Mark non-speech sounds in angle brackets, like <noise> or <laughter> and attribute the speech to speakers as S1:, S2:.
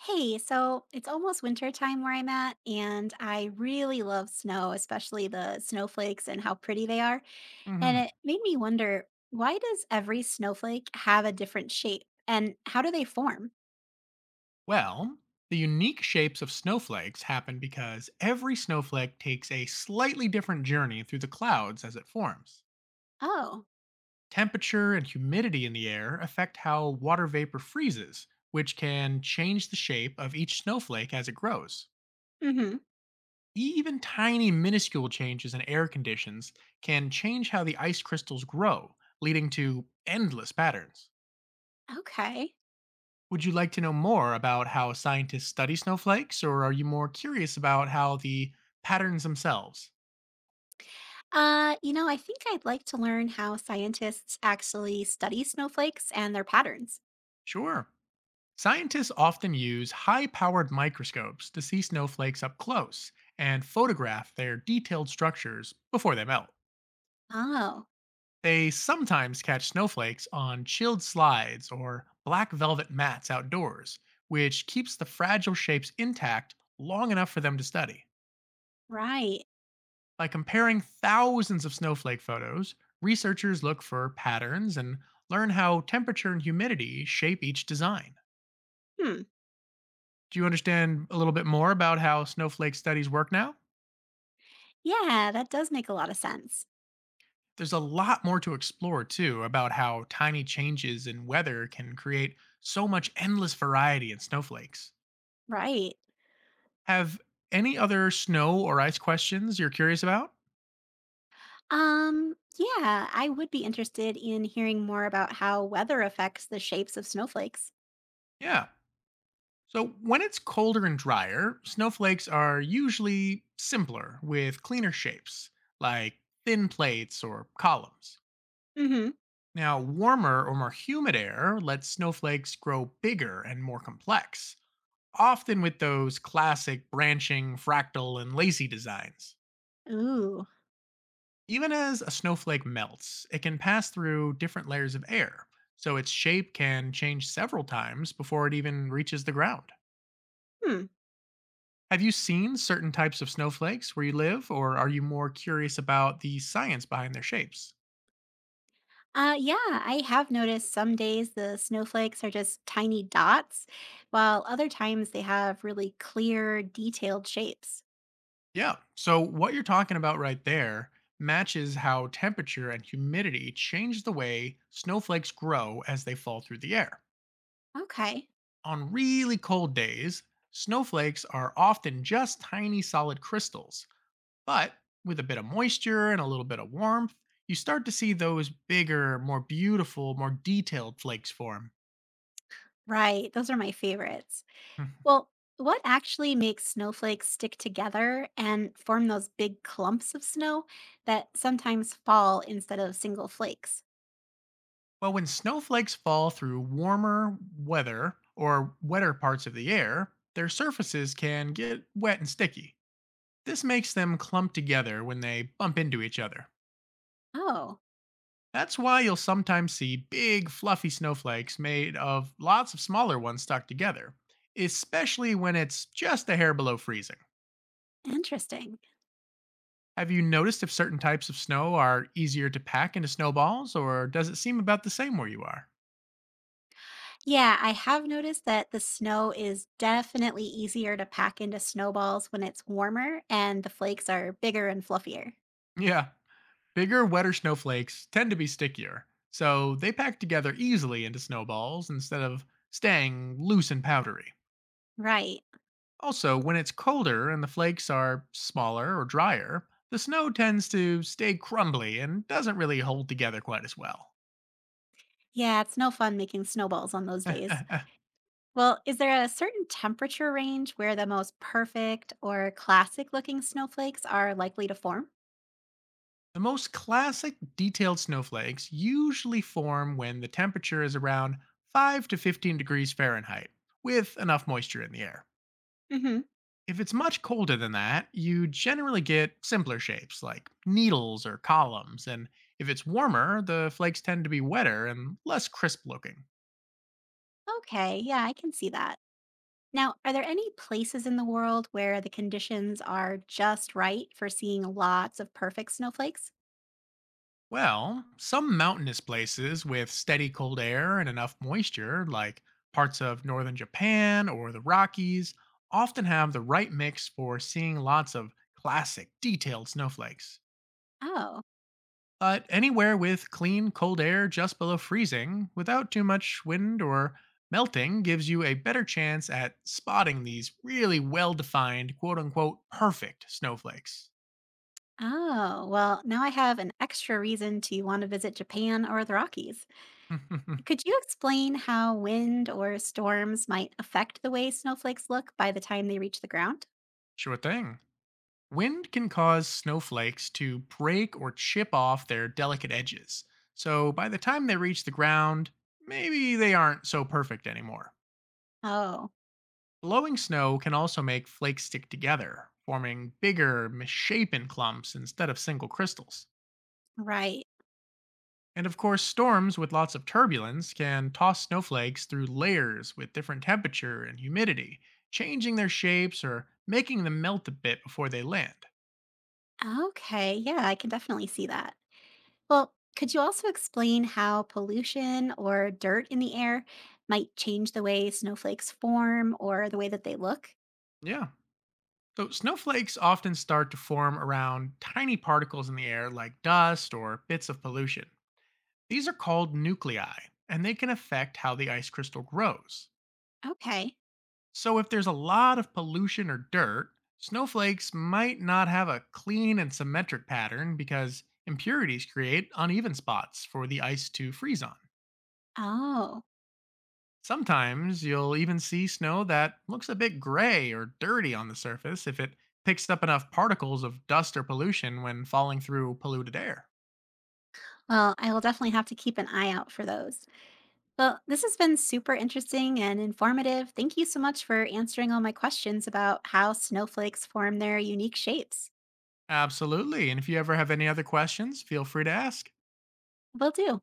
S1: Hey, so it's almost winter time where I'm at, and I really love snow, especially the snowflakes and how pretty they are. And
S2: Hmm.
S1: it made me wonder, why does every snowflake have a different shape, and how do they form?
S2: Well, the unique shapes of snowflakes happen because every snowflake takes a slightly different journey through the clouds as it forms.
S1: Oh,
S2: Temperature and humidity in the air affect how water vapor freezes, which can change the shape of each snowflake as it grows.
S1: mm-hmm.
S2: Even tiny, minuscule changes in air conditions can change how the ice crystals grow, leading to endless patterns.
S1: Okay.
S2: Would you like to know more about how scientists study snowflakes, or are you more curious about how the patterns themselves?
S1: I think I'd like to learn how scientists actually study snowflakes and their patterns.
S2: Sure. Scientists often use high powered microscopes to see snowflakes up close and photograph their detailed structures before they melt.
S1: Oh,
S2: They sometimes catch snowflakes on chilled slides or black velvet mats outdoors, which keeps the fragile shapes intact long enough for them to study.
S1: right.
S2: By comparing thousands of snowflake photos, researchers look for patterns and learn how temperature and humidity shape each design.
S1: Hmm.
S2: Do you understand a little bit more about how snowflake studies work now?
S1: Yeah, that does make a lot of sense.
S2: There's a lot more to explore, too, about how tiny changes in weather can create so much endless variety in snowflakes.
S1: Right.
S2: Have any other snow or ice questions you're curious about?
S1: Yeah, I would be interested in hearing more about how weather affects the shapes of snowflakes.
S2: Yeah. So, when it's colder and drier, snowflakes are usually simpler with cleaner shapes, like thin plates or columns.
S1: Hmm.
S2: Now, warmer or more humid air lets snowflakes grow bigger and more complex, often with those classic branching, fractal, and lacy designs.
S1: Ooh.
S2: Even as a snowflake melts, it can pass through different layers of air, so its shape can change several times before it even reaches the ground.
S1: Hmm.
S2: Have you seen certain types of snowflakes where you live, or are you more curious about the science behind their shapes?
S1: Yeah, I have noticed some days the snowflakes are just tiny dots, while other times they have really clear, detailed shapes.
S2: Yeah, so what you're talking about right there matches how temperature and humidity change the way snowflakes grow as they fall through the air.
S1: Okay.
S2: On really cold days, snowflakes are often just tiny solid crystals, but with a bit of moisture and a little bit of warmth, you start to see those bigger, more beautiful, more detailed flakes form.
S1: Right. Those are my favorites.
S2: <laughs>
S1: Well, what actually makes snowflakes stick together and form those big clumps of snow that sometimes fall instead of single flakes?
S2: Well, when snowflakes fall through warmer weather or wetter parts of the air, their surfaces can get wet and sticky. This makes them clump together when they bump into each other.
S1: Oh.
S2: That's why you'll sometimes see big, fluffy snowflakes made of lots of smaller ones stuck together, especially when it's just a hair below freezing.
S1: Interesting.
S2: Have you noticed if certain types of snow are easier to pack into snowballs, or does it seem about the same where you are?
S1: Yeah, I have noticed that the snow is definitely easier to pack into snowballs when it's warmer and the flakes are bigger and fluffier.
S2: Yeah, bigger, wetter snowflakes tend to be stickier, so they pack together easily into snowballs instead of staying loose and powdery.
S1: Right.
S2: Also, when it's colder and the flakes are smaller or drier, the snow tends to stay crumbly and doesn't really hold together quite as well.
S1: Yeah, it's no fun making snowballs on those
S2: <laughs>
S1: days.
S2: The
S1: Well, is there a certain temperature range where the most perfect or classic looking snowflakes are likely to form?
S2: most classic detailed snowflakes usually form when the temperature is around 5 to 15 degrees Fahrenheit, with enough moisture in the air.
S1: Mhm.
S2: If it's much colder than that, you generally get simpler shapes like needles or columns, and if it's warmer, the flakes tend to be wetter and less crisp looking.
S1: Okay, yeah, I can see that. Now, are there any places in the world where the conditions are just right for seeing lots of perfect snowflakes?
S2: Well, some mountainous places with steady cold air and enough moisture, like parts of northern Japan or the Rockies, often have the right mix for seeing lots of classic, detailed snowflakes.
S1: Oh.
S2: But anywhere with clean, cold air just below freezing without too much wind or melting gives you a better chance at spotting these really well defined, quote unquote, perfect snowflakes.
S1: Oh, well, now I have an extra reason to want to visit Japan or the Rockies.
S2: <laughs>
S1: Could you explain how wind or storms might affect the way snowflakes look by the time they reach the ground?
S2: Sure thing. Wind can cause snowflakes to break or chip off their delicate edges, so by the time they reach the ground, maybe they aren't so perfect anymore.
S1: Oh,
S2: Blowing snow can also make flakes stick together, forming bigger, misshapen clumps instead of single crystals.
S1: right.
S2: And of course, storms with lots of turbulence can toss snowflakes through layers with different temperature and humidity, changing their shapes or making them melt a bit before they land.
S1: Okay. Yeah, I can definitely see that. Well, could you also explain how pollution or dirt in the air might change the way snowflakes form or the way that they look?
S2: Yeah. So, snowflakes often start to form around tiny particles in the air like dust or bits of pollution. These are called nuclei, and they can affect how the ice crystal grows.
S1: Okay.
S2: So, if there's a lot of pollution or dirt, snowflakes might not have a clean and symmetric pattern because impurities create uneven spots for the ice to freeze on.
S1: Oh,
S2: Sometimes you'll even see snow that looks a bit gray or dirty on the surface if it picks up enough particles of dust or pollution when falling through polluted air.
S1: well, I will definitely have to keep an eye out for those. Well, this has been super interesting and informative. Thank you so much for answering all my questions about how snowflakes form their unique shapes.
S2: Absolutely. And if you ever have any other questions, feel free to ask.
S1: Will do.